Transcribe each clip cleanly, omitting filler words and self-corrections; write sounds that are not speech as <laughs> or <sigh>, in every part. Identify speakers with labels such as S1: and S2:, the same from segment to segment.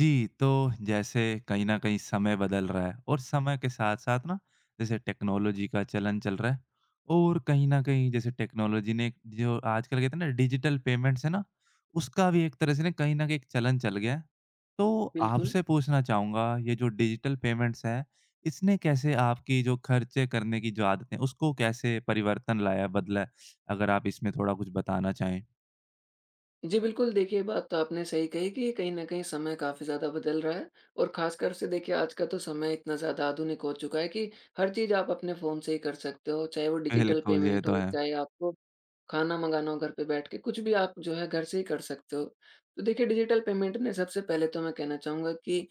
S1: जी, तो जैसे कहीं न कहीं समय बदल रहा है और समय के साथ-साथ ना जैसे टेक्नोलॉजी का चलन चल रहा है और कहीं न कहीं जैसे टेक्नोलॉजी ने एक जो आजकल कहते हैं ना डिजिटल पेमेंट्स है ना, उसका भी एक तरह से ना कहीं न कहीं एक चलन चल गया है। तो
S2: बिल्कुल।
S1: आपसे पूछना चाहूँगा ये जो डिजिटल पेमेंट्स है, इसने कैसे आपकी जो खर्चे करने की जो आदत है उसको कैसे परिवर्तन लाया, बदला है? अगर आप इसमें थोड़ा कुछ बताना चाहें?
S2: जी, बिल्कुल देखिए, ये बात तो आपने सही कही कि कहीं न कहीं समय काफ़ी ज़्यादा बदल रहा है और ख़ासकर से देखिए आज का तो समय इतना ज़्यादा आधुनिक हो चुका है कि हर चीज़ आप अपने फ़ोन से ही कर सकते हो, चाहे वो डिजिटल
S1: बिल्कुल, ये
S2: पेमेंट
S1: तो
S2: हो,
S1: है।
S2: चाहे आपको खाना मँगाना हो घर पे बैठ के, कुछ भी आप जो है घर से ही कर सकते हो। तो देखिए डिजिटल पेमेंट ने सबसे पहले तो मैं कहना चाहूँगा कि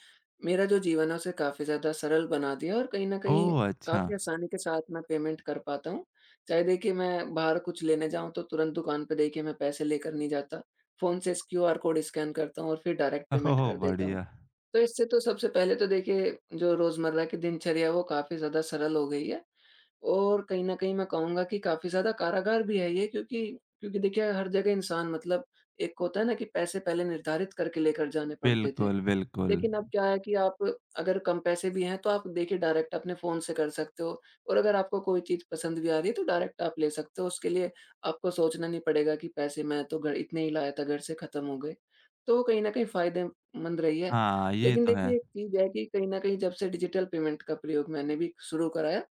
S2: मेरा जो जीवन है उसे काफ़ी ज़्यादा सरल बना दिया और कहीं न कहीं
S1: ओह! अच्छा।
S2: काफ़ी आसानी के साथ मैं पेमेंट कर पाता हूँ। चाहे देखिए मैं बाहर कुछ लेने जाऊँ तो तुरंत दुकान पे देखिए मैं पैसे लेकर नहीं जाता। फ़ोन से इस क्यूआर कोड स्कैन करता हूँ और फिर डायरेक्ट पेमेंट
S1: ओह!
S2: कर देता हूँ।
S1: बढ़िया।
S2: तो इससे तो सबसे पहले तो देखिए जो रोजमर्रा की दिनचर्या है वो काफ़ी ज़्यादा सरल हो गई है। और कहीं न कहीं मैं कहूँगा कि काफ़ी ज़्यादा कारागार भी है ये क्योंकि क्योंकि देखिए हर जगह इंसान मतलब एक होता है ना कि पैसे पहले निर्धारित करके लेकर जाने पड़ते थे।
S1: बिल्कुल, बिल्कुल।
S2: लेकिन अब क्या है कि आप अगर कम पैसे भी हैं, तो आप देखिए डायरेक्ट अपने फ़ोन से कर सकते हो और अगर आपको कोई चीज़ पसंद भी आ रही है, तो डायरेक्ट आप ले सकते हो। उसके लिए आपको सोचना नहीं पड़ेगा कि पैसे मैं तो घर इतने ही लाया था, घर से ख़त्म हो गए। तो वो कहीं न कहीं फ़ायदेमंद रही है।
S1: हाँ, ये
S2: लेकिन
S1: तो है।
S2: देखिए एक चीज़ है कि कहीं न कहीं जब से डिजिटल पेमेंट का प्रयोग मैंने भी शुरू कराया,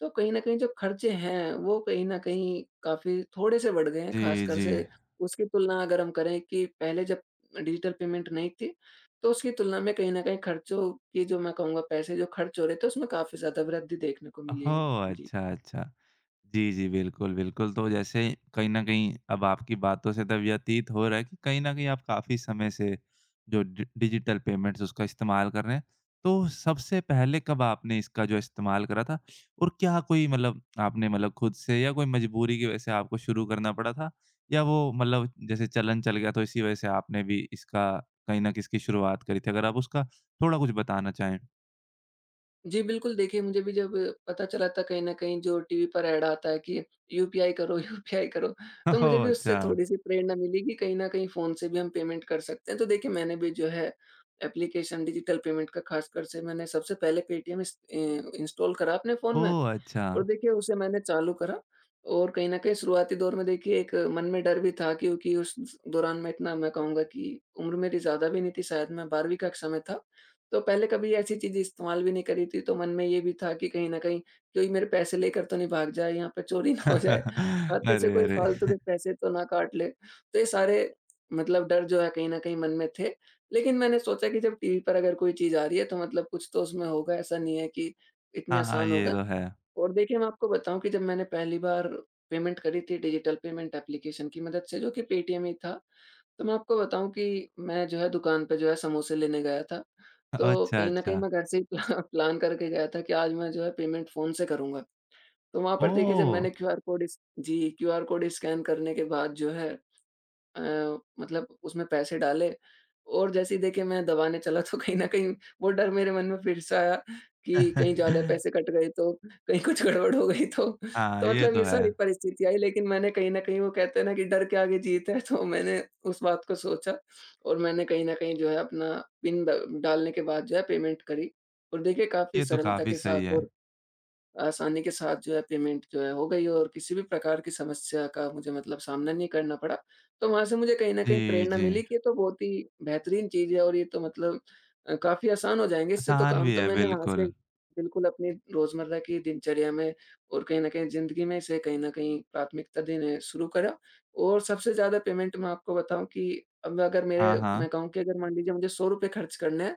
S2: तो कहीं न कहीं जो खर्चे हैं, वो कहीं न कहीं काफ़ी थोड़े से बढ़ गए हैं,
S1: जी,
S2: ख़ासकर
S1: जी।
S2: से उसकी तुलना अगर हम करें कि पहले जब डिजिटल पेमेंट नहीं थी, तो उसकी तुलना में कहीं न कहीं खर्चों की, जो मैं कहूँगा, पैसे जो खर्च हो रहे थे उसमें काफ़ी ज़्यादा वृद्धि देखने को मिली है।
S1: ओह!
S2: जी।
S1: अच्छा, अच्छा। जी, जी। बिल्कुल, बिल्कुल। तो जैसे कहीं न कहीं अब आपकी बातों से तो व्यतीत हो रहा है कि कहीं न कहीं आप काफ़ी समय से जो डि डिजिटल पेमेंट्स उसका इस्तेमाल कर रहे हैं। तो सबसे पहले कब आपने इसका जो इस्तेमाल करा था? और क्या कोई मतलब आपने मतलब खुद से या कोई मजबूरी की वजह से आपको शुरू करना पड़ा था? या वो मतलब जैसे चलन चल गया तो इसी वजह से आपने भी इसका कहीं न कहीं इसकी शुरुआत करी थी? अगर आप उसका थोड़ा कुछ बताना चाहें?
S2: जी, बिल्कुल देखिए, मुझे भी जब पता चला, था कहीं न कहीं जो टीवी पर ऐड आता है कि यूपीआई करो, <laughs> यूपीआई करो,
S1: <laughs>
S2: तो मुझे
S1: ओह!
S2: भी उससे
S1: अच्छा।
S2: थोड़ी-सी प्रेरणा मिली कि कहीं न कहीं फ़ोन से भी हम पेमेंट कर सकते हैं। तो देखिए मैंने भी जो है एप्लीकेशन डिजिटल पेमेंट का, ख़ासकर से मैंने सबसे पहले पेटीएम इंस्टॉल करा अपने फ़ोन में
S1: ओह! अच्छा।
S2: और देखिए उसे मैंने चालू करा और कहीं न कहीं शुरुआती दौर में देखिए एक मन में डर भी था क्योंकि उस दौरान मैं कहूँगा कि उम्र मेरी ज़्यादा भी नहीं थी, शायद मैं 12वीं कक्षा में था। तो पहले कभी ऐसी चीज़ें इस्तेमाल भी नहीं करी थी, तो मन में ये भी था कि कहीं न कहीं कोई मेरे पैसे लेकर तो नहीं भाग जाए, यहाँ पे चोरी <laughs> ना हो जाए,
S1: <laughs>
S2: खाते से
S1: अरे,
S2: कोई
S1: अरे।
S2: फालतू के पैसे तो ना काट ले। तो ये सारे मतलब डर जो है कहीं न कहीं मन में थे। लेकिन मैंने सोचा कि जब टीवी पर अगर कोई चीज़ आ रही है तो मतलब कुछ तो उसमें होगा, ऐसा नहीं है कि इतनी
S1: हाँ, हाँ,
S2: आसान
S1: ये
S2: होगा।
S1: तो है।
S2: और देखिए, मैं आपको बताऊँ कि जब मैंने पहली बार पेमेंट करी थी डिजिटल पेमेंट एप्लीकेशन की मदद से, जो कि पेटीएम ही था। तो मैं आपको बताऊँ कि मैं जो है दुकान पे जो है समोसे लेने गया था। तो
S1: अच्छा,
S2: कहीं न कहीं
S1: अच्छा।
S2: मैं घर से ही प्ला <laughs> प्लान करके गया था कि आज मैं जो है पेमेंट फ़ोन से करूँगा। तो वहाँ पर देखिए जब
S1: ओह!
S2: मैंने QR code QR code scan करने के बाद जो है अ, मतलब उसमें पैसे डाले और जैसे ही देखिए मैं दबाने चला तो कहीं न कहीं वो डर मेरे मन में फिर से आया कि कहीं ज़्यादा पैसे
S1: <laughs>
S2: कट गए तो, कहीं कुछ गड़बड़ हो गई तो।
S1: हाँ,
S2: तो
S1: ये
S2: मतलब
S1: तो
S2: ये
S1: है।
S2: सारी परिस्थिति आई लेकिन मैंने कहीं न कहीं, वो कहते हैं ना कि डर के आगे जीत है, तो मैंने उस बात को सोचा और मैंने कहीं न कहीं जो है अपना पिन ड डालने के बाद जो है पेमेंट करी और देखिए काफ़ी
S1: ये तो
S2: सरलता
S1: काफ़ी
S2: के
S1: सही
S2: साथ
S1: है।
S2: और आसानी के साथ जो है पेमेंट जो है हो गई और किसी भी प्रकार की समस्या का मुझे मतलब सामना नहीं करना पड़ा। तो वहाँ से मुझे कहीं न कहीं
S1: जी,
S2: प्रेरणा
S1: जी।
S2: मिली कि ये तो बहुत ही बेहतरीन चीज़ है और ये तो मतलब अ, काफ़ी आसान हो जाएँगे इससे तो
S1: आसान
S2: काम।
S1: भी
S2: तो
S1: है,
S2: मैंने वहाँ से
S1: बिल्कुल।
S2: बिल्कुल अपनी रोज़मर्रा की दिनचर्या में और कहीं न कहीं ज़िंदगी में इसे कहीं न कहीं प्राथमिकता देने शुरू करा। और सबसे ज़्यादा पेमेंट मैं आपको बताऊँ कि अब अगर
S1: हाँ,
S2: मेरे
S1: हाँ।
S2: मैं कहूँ कि अगर मान लीजिए मुझे ₹100 खर्च करने हैं,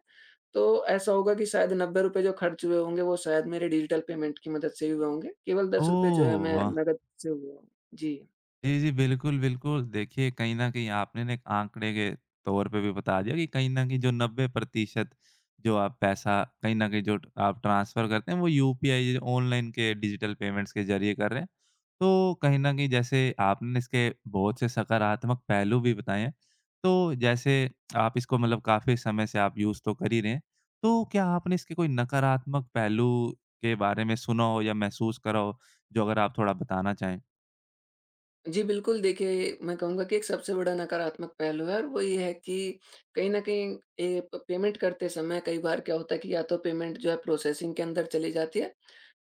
S2: तो ऐसा होगा कि शायद ₹90 जो खर्च हुए होंगे, वो शायद मेरे डिजिटल पेमेंट की मदद से ही हुए होंगे। केवल ₹10 जो है
S1: ओह!
S2: मैं
S1: वाह!
S2: नकद से हुए हों। जी।
S1: जी, जी। बिल्कुल, बिल्कुल। देखिए, कहीं न कहीं आपने ना एक आंकड़े के तौर पे भी बता दिया कि कहीं न कहीं जो 90% जो आप पैसा कहीं न कहीं जो ट आप ट्रांसफ़र करते हैं, वो यूपीआई ऑनलाइन के डिजिटल पेमेंट्स के ज़रिए कर रहे हैं। तो कहीं न कहीं जैसे आपने इसके बहुत से सकारात्मक पहलू भी बताए हैं। तो जैसे आप इसको मतलब काफ़ी समय से आप यूज़ तो कर ही रहे हैं। तो क्या आपने इसके कोई नकारात्मक पहलू के बारे में सुना हो या महसूस करा हो, जो अगर आप थोड़ा बताना चाहें?
S2: जी, बिल्कुल देखिए, मैं कहूँगा कि एक सबसे बड़ा नकारात्मक पहलू है और वो ये है कि कहीं न कहीं ए, प पेमेंट करते समय कई बार क्या होता है कि या तो पेमेंट जो है प्रोसेसिंग के अंदर चली जाती है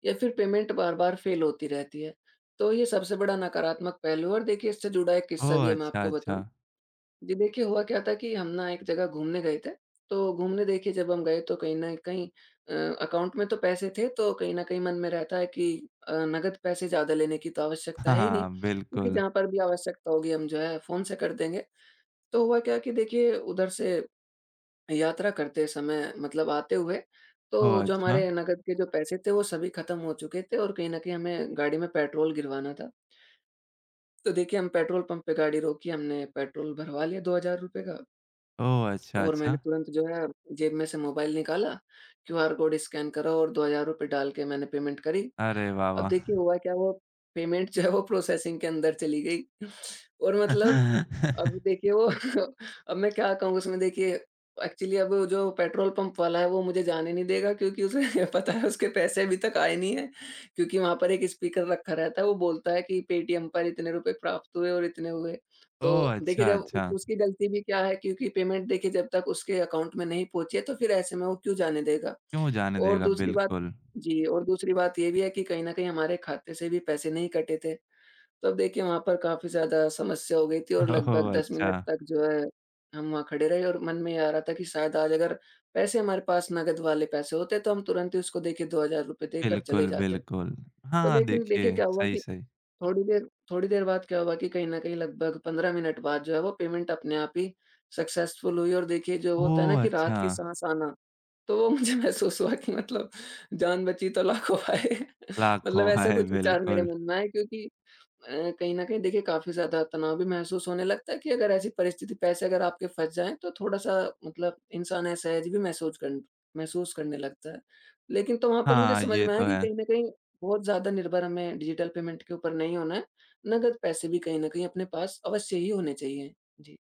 S2: या फिर पेमेंट बार-बार फेल होती रहती है। तो ये सबसे बड़ा नकारात्मक पहलू है और देखिए इससे जुड़ा एक किस्सा
S1: ओह!
S2: भी है, मैं
S1: अच्छा,
S2: आपको
S1: अच्छा।
S2: बताऊँ। जी, देखिए हुआ क्या था कि हम ना एक जगह घूमने गए थे। तो घूमने देखिए जब हम गए तो कहीं न कहीं अ, अकाउंट में तो पैसे थे, तो कहीं न कहीं मन में रहता है कि नकद पैसे ज़्यादा लेने की तो आवश्यकता
S1: हाँ,
S2: है ही नहीं,
S1: हाँ,
S2: क्योंकि
S1: बिल्कुल।
S2: जहाँ पर भी आवश्यकता होगी हम जो है फ़ोन से कर देंगे। तो हुआ क्या कि देखिए उधर से यात्रा करते समय, मतलब आते हुए,
S1: ओह!
S2: तो जो
S1: अच्छा।
S2: हमारे नकद के जो पैसे थे वो सभी खत्म हो चुके थे और कहीं न कहीं हमें गाड़ी में पेट्रोल गिरवाना था। तो देखिए हम पेट्रोल पंप पे गाड़ी रोकी, हमने पेट्रोल भरवा लिया ₹2000 का।
S1: ओह! अच्छा,
S2: और मैंने
S1: अच्छा।
S2: तुरंत जो है जेब में से मोबाइल निकाला, क्यूआर कोड स्कैन करा और ₹2000 डाल के मैंने पेमेंट करी।
S1: अरे वाह,
S2: अब
S1: वाह!
S2: देखिए हुआ क्या, वो पेमेंट जो है वो प्रोसेसिंग के अंदर चली गई <laughs> और मतलब अब
S1: <laughs>
S2: देखिए वो <laughs> अब मैं क्या कहूँ उसमें, देखिए एक्चुअली अब वो जो पेट्रोल पंप वाला है वो मुझे जाने नहीं देगा क्योंकि उसे <laughs> पता है उसके पैसे अभी तक आए नहीं है, क्योंकि वहाँ पर एक स्पीकर रखा रहता है वो बोलता है कि पेटीएम पर इतने रुपए प्राप्त हुए और इतने हुए। तो
S1: ओह!
S2: देखिए
S1: अच्छा,
S2: जब उ
S1: अच्छा।
S2: उसकी गलती भी क्या है क्योंकि पेमेंट देखिए जब तक उसके अकाउंट में नहीं पहुँची है तो फिर ऐसे में वो क्यों जाने देगा।
S1: क्यों जाने
S2: और
S1: देगा?
S2: दूसरी बात,
S1: बिल्कुल।
S2: जी, और दूसरी बात ये भी है कि कहीं न कहीं हमारे खाते से भी पैसे नहीं कटे थे। तब देखिए वहाँ पर काफ़ी ज़्यादा समस्या हो गई थी और लगभग
S1: ओह!
S2: 10
S1: अच्छा।
S2: मिनट तक जो है, हम वहाँ खड़े रहे और मन में ये आ रहा था कि शायद आज अगर पैसे हमारे पास, नकद वाले पैसे होते तो हम तुरंत ही उसको देखिए ₹2000 देकर चले
S1: बिल्कुल,
S2: जाते।
S1: बिल्कुल।
S2: तो
S1: हाँ,
S2: लेकिन देखिए
S1: देखिए,
S2: क्या हुआ
S1: सही,
S2: कि
S1: सही।
S2: थोड़ी देर बाद क्या हुआ कि कहीं न कहीं लगभग 15 मिनट बाद जो है वो पेमेंट अपने आप ही सक्सेसफुल हुई और देखिए जो होता है ना
S1: ओह!
S2: कि रात
S1: अच्छा।
S2: की साँस आना, तो वो मुझे <laughs> महसूस हुआ कि मतलब जान बची तो लाखों पाए। <laughs>
S1: लाखों
S2: मतलब ऐसा
S1: है,
S2: कुछ विचार मेरे
S1: बिल्कुल।
S2: मन में आए क्योंकि कहीं न कहीं देखिए काफ़ी ज़्यादा तनाव भी महसूस होने लगता है कि अगर ऐसी परिस्थिति, पैसे अगर आपके फँस जाएँ, तो थोड़ा-सा मतलब इंसान असहज भी महसूस करन महसूस करने लगता है। लेकिन तो वहाँ पर मुझे
S1: हाँ,
S2: समझ
S1: ये
S2: में
S1: तो
S2: आया कि
S1: है।
S2: कहीं न कहीं बहुत ज़्यादा निर्भर हमें डिजिटल पेमेंट के ऊपर नहीं होना है। नकद पैसे भी कहीं न कहीं अपने पास अवश्य ही होने चाहिए। जी।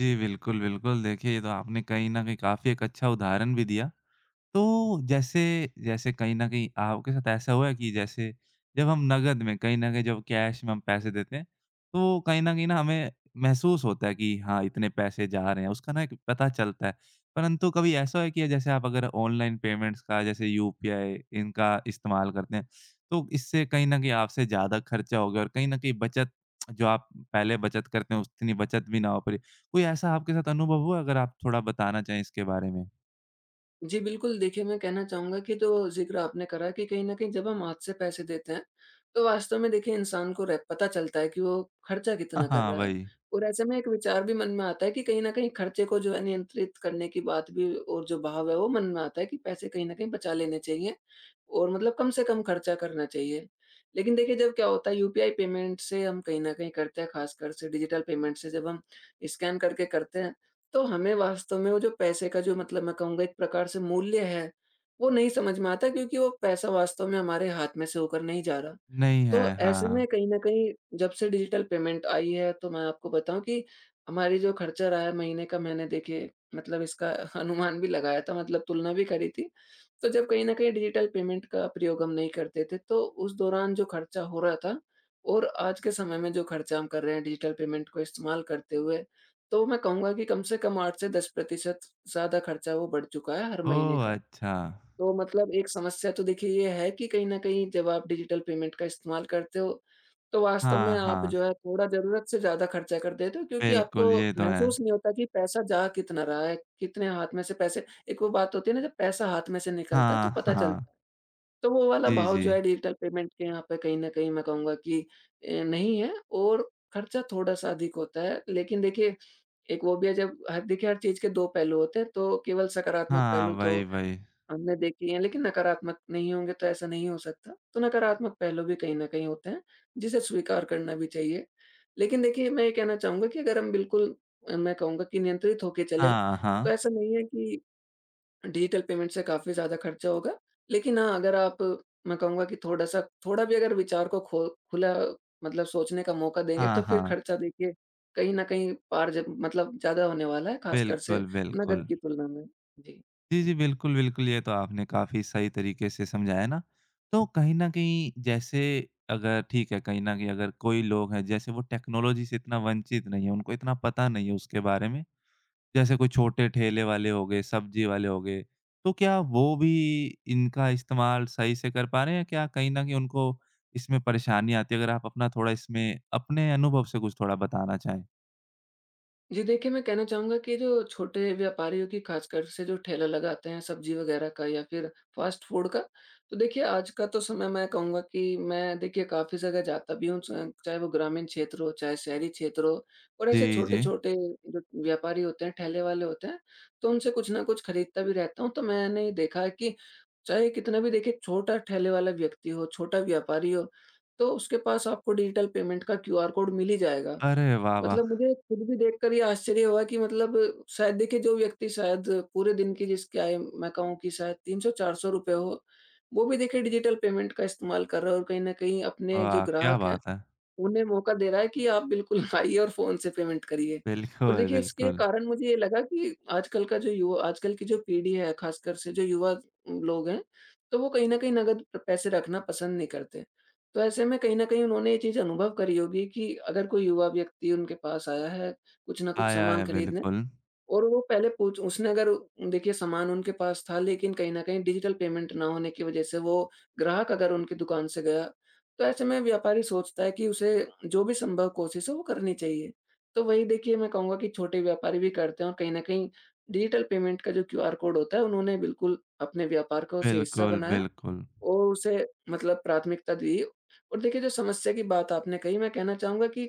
S1: जी, बिल्कुल, बिल्कुल। देखिए, ये तो आपने कहीं न कहीं काफ़ी एक अच्छा उदाहरण भी दिया। तो जैसे जैसे कहीं न कहीं आपके साथ ऐसा हुआ है कि जैसे जब हम नकद में कहीं न कहीं जब कैश में हम पैसे देते हैं, तो कहीं न कहीं ना हमें महसूस होता है कि हाँ, इतने पैसे जा रहे हैं, उसका ना एक पता चलता है। परंतु कभी ऐसा हुआ है कि जैसे आप अगर ऑनलाइन पेमेंट्स का जैसे यूपीआई इनका इस्तेमाल करते हैं, तो इससे कहीं न कहीं आपसे ज़्यादा खर्चा हो गया और कहीं न कहीं बचत जो आप पहले बचत करते हैं, उतनी बचत भी ना हो पाई। कोई ऐसा आपके साथ अनुभव हुआ? अगर आप थोड़ा बताना चाहें इसके बारे में।
S2: जी, बिल्कुल। देखिए, मैं कहना चाहूँगा कि जो ज़िक्र आपने करा कि कहीं न कहीं जब हम हाथ से पैसे देते हैं, तो वास्तव में देखिए इंसान को रह पता चलता है कि वो खर्चा
S1: हाँ,
S2: कितना कर
S1: हाँ,
S2: रहा है।
S1: वही।
S2: और ऐसे में एक विचार भी मन में आता है कि कहीं न कहीं खर्चे को जो है नियंत्रित करने की बात भी, और जो भाव है वो मन में आता है कि पैसे कहीं न कहीं बचा लेने चाहिए और मतलब कम से कम खर्चा करना चाहिए। लेकिन देखिए जब क्या होता है यूपीआई पेमेंट से हम कहीं न कहीं करते हैं, ख़ासकर से डिजिटल पेमेंट से जब हम स्कैन करके करते हैं, तो हमें वास्तव में वो जो पैसे का जो मतलब मैं कहूँगा एक प्रकार से मूल्य है, वो नहीं समझ में आता क्योंकि वो पैसा वास्तव में हमारे हाथ में से होकर नहीं जा रहा।
S1: नहीं है,
S2: तो ऐसे
S1: हाँ।
S2: में कहीं न कहीं जब से डिजिटल पेमेंट आई है तो मैं आपको बताऊँ कि हमारी जो खर्चा रहा है महीने का मैंने देखिए मतलब इसका <laughs> अनुमान भी लगाया था, मतलब तुलना भी करी थी। तो जब कहीं न कहीं डिजिटल पेमेंट का प्रयोग हम नहीं करते थे तो उस दौरान जो खर्चा हो रहा था और आज के समय में जो खर्चा हम कर रहे हैं डिजिटल पेमेंट को इस्तेमाल करते हुए, तो मैं कहूँगा कि कम से कम 8 से 10% ज़्यादा खर्चा वो बढ़ चुका है हर महीने
S1: ओह!
S2: का।
S1: अच्छा।
S2: तो मतलब एक समस्या तो देखिए ये है कि कहीं न कहीं जब आप डिजिटल पेमेंट का इस्तेमाल करते हो, तो वास्तव में
S1: हाँ,
S2: आप
S1: हाँ।
S2: जो है थोड़ा ज़रूरत से ज़्यादा खर्चा कर देते हो, क्योंकि आपको
S1: बिल्कुल, ये तो है।
S2: महसूस नहीं होता कि पैसा जा कितना रहा है, कितने हाथ में से पैसे, एक वो बात होती है ना, जब पैसा हाथ में से निकलता है तो
S1: हाँ,
S2: पता
S1: हाँ।
S2: चलता है। तो वो वाला
S1: जी,
S2: भाव
S1: जी।
S2: जो है डिजिटल पेमेंट के यहाँ पे कहीं न कहीं मैं कहूँगा कि नहीं है और खर्चा थोड़ा-सा अधिक होता है। लेकिन देखिए, एक वो भी है जब ह देखिए हर चीज़ के 2 पहलू होते हैं, तो केवल सकारात्मक
S1: हाँ,
S2: पहलू तो
S1: वही, वही।
S2: हमने देखी है, लेकिन नकारात्मक नहीं होंगे तो ऐसा नहीं हो सकता। तो नकारात्मक पहलू भी कहीं न कहीं होते हैं, जिसे स्वीकार करना भी चाहिए। लेकिन देखिए, मैं ये कहना चाहूँगा कि अगर हम बिल्कुल मैं कहूँगा कि नियंत्रित होके चलें,
S1: हाँ,
S2: तो
S1: हाँ।
S2: ऐसा नहीं है कि डिजिटल पेमेंट से काफ़ी ज़्यादा खर्चा होगा। लेकिन हाँ, अगर आप, मैं कहूँगा कि थोड़ा-सा, थोड़ा भी अगर विचार को खो खुला मतलब सोचने का मौका देंगे,
S1: हाँ,
S2: तो फिर
S1: हाँ।
S2: खर्चा देखिए कहीं न कहीं पार ज मतलब ज़्यादा होने वाला है, ख़ासकर से
S1: बिल्कुल,
S2: नकद
S1: बिल्कुल।
S2: की तुलना में। जी।
S1: जी, जी, बिल्कुल, बिल्कुल, ये तो आपने काफ़ी सही तरीके से समझाया ना। तो कहीं न कहीं जैसे अगर ठीक है, कहीं न कहीं अगर कोई लोग हैं, जैसे वो टेक्नोलॉजी से इतना वंचित नहीं है, उनको इतना पता नहीं है उसके बारे में। जैसे कोई छोटे ठेले वाले हो गए, सब्जी वाले हो गए, तो क्या वो भी इनका इस्तेमाल सही से कर पा रहे हैं या क्या कहीं न कहीं उनको इसमें परेशानी आती है? अगर आप अपना थोड़ा इसमें अपने अनुभव से कुछ थोड़ा बताना चाहें।
S2: जी देखिए, मैं कहना चाहूँगा कि जो छोटे व्यापारियों की, ख़ासकर से जो ठेला लगाते हैं सब्ज़ी वग़ैरह का या फिर फ़ास्ट फ़ूड का, तो देखिए आज का तो समय मैं कहूँगा कि मैं देखिए काफ़ी जगह जाता भी हूँ, च चाहे वो ग्रामीण क्षेत्र हो, चाहे शहरी क्षेत्र हो, और ऐसे
S1: जी, जी।
S2: छोटे-छोटे जो व्यापारी होते हैं, ठेले वाले होते हैं, तो उनसे कुछ न कुछ खरीदता भी रहता हूँ। तो मैंने ये देखा है कि चाहे कितना भी देखिए छोटा ठेले वाला व्यक्ति हो, छोटा व्यापारी हो, तो उसके पास आपको डिजिटल पेमेंट का क्यूआर कोड मिल ही जाएगा।
S1: अरे वाह, वाह!
S2: मतलब मुझे खुद भी देखकर ये आश्चर्य हुआ कि मतलब शायद देखिए जो व्यक्ति शायद पूरे दिन की जिसकी आय मैं कहूँ कि शायद 300-400 रुपए हो, वो भी देखिए डिजिटल पेमेंट का इस्तेमाल कर रहा है और कहीं न कहीं अपने जो
S1: वाह, क्या
S2: ग्राहक हैं
S1: बात है!
S2: उन्हें मौका दे रहा है कि आप बिल्कुल <laughs> आइए और फ़ोन से पेमेंट करिए। और
S1: बिल्कुल,
S2: देखिए इसके
S1: बिल्कुल।
S2: कारण मुझे ये लगा कि आजकल का जो युवा, आजकल की जो पीढ़ी है, ख़ासकर से जो युवा लोग हैं, तो वो कहीं न कहीं नगद पैसे रखना पसंद नहीं करते। तो ऐसे में कहीं न कहीं उन्होंने ये चीज़ अनुभव करी होगी कि अगर कोई युवा व्यक्ति उनके पास आया है कुछ न कुछ
S1: आया
S2: सामान
S1: है,
S2: खरीदने,
S1: बिल्कुल।
S2: और वो पहले पूछ उसने, अगर देखिए सामान उनके पास था लेकिन कहीं न कहीं डिजिटल पेमेंट ना होने की वजह से वो ग्राहक अगर उनकी दुकान से गया, तो ऐसे में व्यापारी सोचता है कि उसे जो भी संभव कोशिश है वो करनी चाहिए। तो वही देखिए मैं कहूँगा कि छोटे व्यापारी भी करते हैं, और कहीं न कहीं डिजिटल पेमेंट का जो क्यूआर कोड होता है, उन्होंने बिल्कुल अपने व्यापार का उसे हिस्सा
S1: बिल्कुल,
S2: बनाया
S1: बिल्कुल।
S2: और उसे मतलब प्राथमिकता दी। और देखिए जो समस्या की बात आपने कही, मैं कहना चाहूँगा कि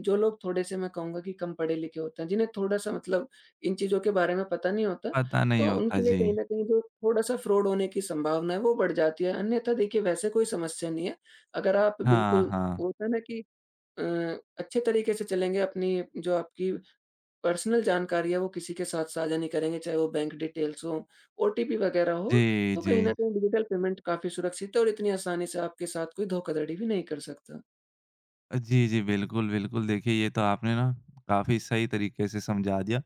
S2: जो लोग थोड़े से, मैं कहूँगा कि कम पढ़े-लिखे होते हैं, जिन्हें थोड़ा-सा मतलब इन चीज़ों के बारे में पता नहीं होता,
S1: पता नहीं
S2: तो
S1: होता,
S2: उनके लिए
S1: जी।
S2: कहीं न कहीं जो थोड़ा-सा फ्रॉड होने की संभावना है वो बढ़ जाती है। अन्यथा देखिए वैसे कोई समस्या नहीं है। अगर आप
S1: हाँ,
S2: बिल्कुल,
S1: हाँ।
S2: वो होता है ना कि अ, अच्छे तरीके से चलेंगे, अपनी जो आपकी पर्सनल जानकारी है वो किसी के साथ साझा नहीं करेंगे, चाहे वो बैंक डिटेल्स हो, ओटीपी वगैरह हो,
S1: जी,
S2: तो
S1: जी।
S2: कहीं न कहीं डिजिटल पेमेंट काफ़ी सुरक्षित है और इतनी आसानी से आपके साथ कोई धोखाधड़ी भी नहीं कर सकता।
S1: जी, जी, बिल्कुल, बिल्कुल। देखिए, ये तो आपने ना काफ़ी सही तरीके से समझा दिया।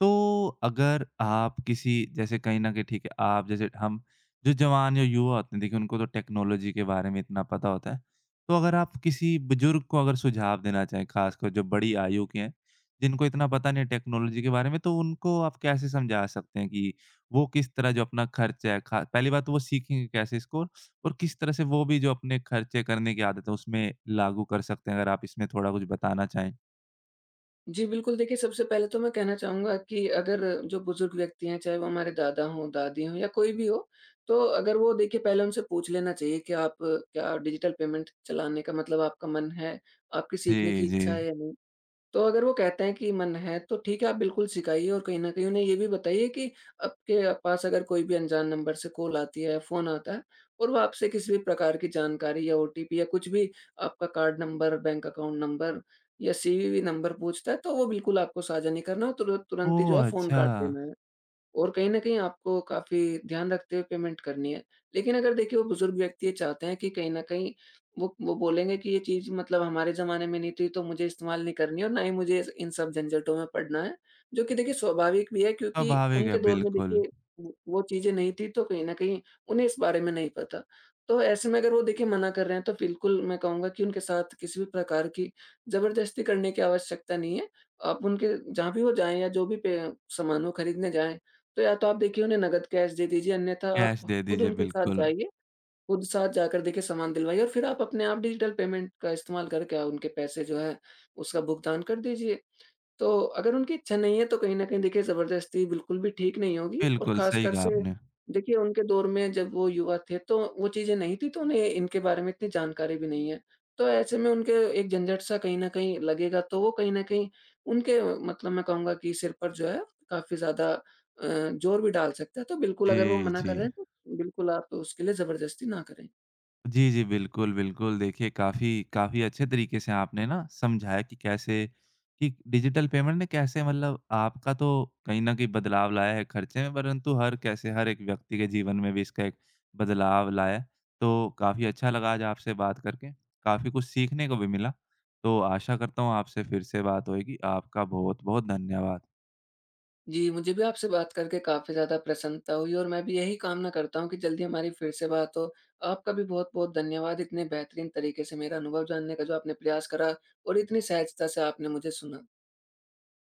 S1: तो अगर आप किसी जैसे कहीं न कहीं ठीक है, आप जैसे हम जो जवान या युवा होते हैं, देखिए उनको तो टेक्नोलॉजी के बारे में इतना पता होता है। तो अगर आप किसी बुजुर्ग को अगर सुझाव देना चाहें, ख़ासकर जो बड़ी आयु के हैं, जिनको इतना पता नहीं है टेक्नोलॉजी के बारे में, तो उनको आप कैसे समझा सकते हैं कि वो किस तरह जो अपना खर्च है खा पहली बात तो वो सीखेंगे कैसे इसको? और किस तरह से वो भी जो अपने खर्चे करने की आदत है, उसमें लागू कर सकते हैं? अगर आप इसमें थोड़ा कुछ बताना चाहें?
S2: जी, बिल्कुल देखिए, सबसे पहले तो मैं कहना चाहूँगा कि अगर जो बुज़ुर्ग व्यक्ति हैं, चाहे वो हमारे दादा हों, दादी हों या कोई भी हो, तो अगर वो देखिए, पहले उनसे पूछ लेना चाहिए कि आप क्या डिजिटल पेमेंट चलाने का मतलब आपका मन है, आपकी सीखने
S1: जी,
S2: की
S1: जी।
S2: इच्छा है या नहीं? तो अगर वो कहते हैं कि मन है, तो ठीक है, आप बिल्कुल सिखाइए और कहीं न कहीं उन्हें ये भी बताइए कि आपके पास अगर कोई भी अनजान नंबर से कॉल आती है, फ़ोन आता है, और वो आपसे किसी भी प्रकार की जानकारी या ओटीपी या कुछ भी, आपका card number, bank account number या सीवीवी नंबर पूछता है, तो वो बिल्कुल आपको साझा नहीं करना और तुरंत तुरंत ही जो है
S1: ओह!
S2: फ़ोन
S1: अच्छा।
S2: काट देना है। और कहीं न कहीं आपको काफ़ी ध्यान रखते हुए पेमेंट करनी है। लेकिन अगर देखिए वो बुज़ुर्ग व्यक्ति ये चाहते हैं कि कहीं न कहीं, वो बोलेंगे कि ये चीज़ मतलब हमारे ज़माने में नहीं थी, तो मुझे इस्तेमाल नहीं करनी है और ना ही मुझे इन सब झंझटों में पड़ना है। जो कि देखिए स्वाभाविक भी है, क्योंकि
S1: स्वाभाविक है,
S2: उनके दौर में
S1: बिल्कुल।
S2: देखिए वो चीज़ें नहीं थी, तो कहीं न कहीं उन्हें इस बारे में नहीं पता। तो ऐसे में अगर वो देखिए मना कर रहे हैं, तो बिल्कुल मैं कहूँगा कि उनके साथ किसी भी प्रकार की ज़बरदस्ती करने की आवश्यकता नहीं है। आप उनके, जहाँ भी वो जाएँ या जो भी पे सामान वो खरीदने जाएँ, तो या तो आप देखिए उन्हें नकद कैश दे दीजिए, अन्यथा आप
S1: कैश दे
S2: खुद
S1: दीजिए,
S2: उनके साथ
S1: बिल्कुल।
S2: जाइए, खुद साथ जाकर देखिए सामान दिलवाइए और फिर आप अपने आप डिजिटल पेमेंट का इस्तेमाल करके आप उनके पैसे जो है, उसका भुगतान कर दीजिए। तो अगर उनकी इच्छा नहीं है, तो कहीं न कहीं देखिए ज़बरदस्ती बिल्कुल भी ठीक नहीं होगी, और
S1: बिल्कुल, सही
S2: ख़ासकर
S1: कहा
S2: से
S1: आपने।
S2: देखिए उनके दौर में जब वो युवा थे तो वो चीज़ें नहीं थी, तो उन्हें इनके बारे में इतनी जानकारी भी नहीं है। तो ऐसे में उनके एक झंझट सा कहीं न कहीं लगेगा, तो वो कहीं न कहीं उनके, मतलब मैं कहूँगा कि सिर पर जो है काफ़ी ज़्यादा ज़ोर भी डाल सकता है। तो बिल्कुल अगर वो
S1: जी,
S2: मना
S1: जी।
S2: कर रहे हैं, तो बिल्कुल आप उसके लिए ज़बरदस्ती ना करें।
S1: जी, जी, बिल्कुल, बिल्कुल। देखिए, काफ़ी काफ़ी अच्छे तरीके से आपने ना समझाया कि कैसे कि डिजिटल पेमेंट ने कैसे मतलब आपका तो कहीं न कहीं बदलाव लाया है खर्चे में, परंतु हर एक व्यक्ति के जीवन में भी इसका एक बदलाव लाया है। तो काफ़ी अच्छा लगा आज आपसे बात करके, काफ़ी कुछ सीखने को भी मिला। तो आशा करता हूँ आपसे फिर से बात होएगी। आपका बहुत-बहुत धन्यवाद।
S2: जी, मुझे भी आपसे बात करके काफ़ी ज़्यादा प्रसन्नता हुई, और मैं भी यही कामना करता हूँ कि जल्दी हमारी फिर से बात हो। आपका भी बहुत-बहुत धन्यवाद, इतने बेहतरीन तरीके से मेरा अनुभव जानने का जो आपने प्रयास करा और इतनी सहजता से आपने मुझे सुना।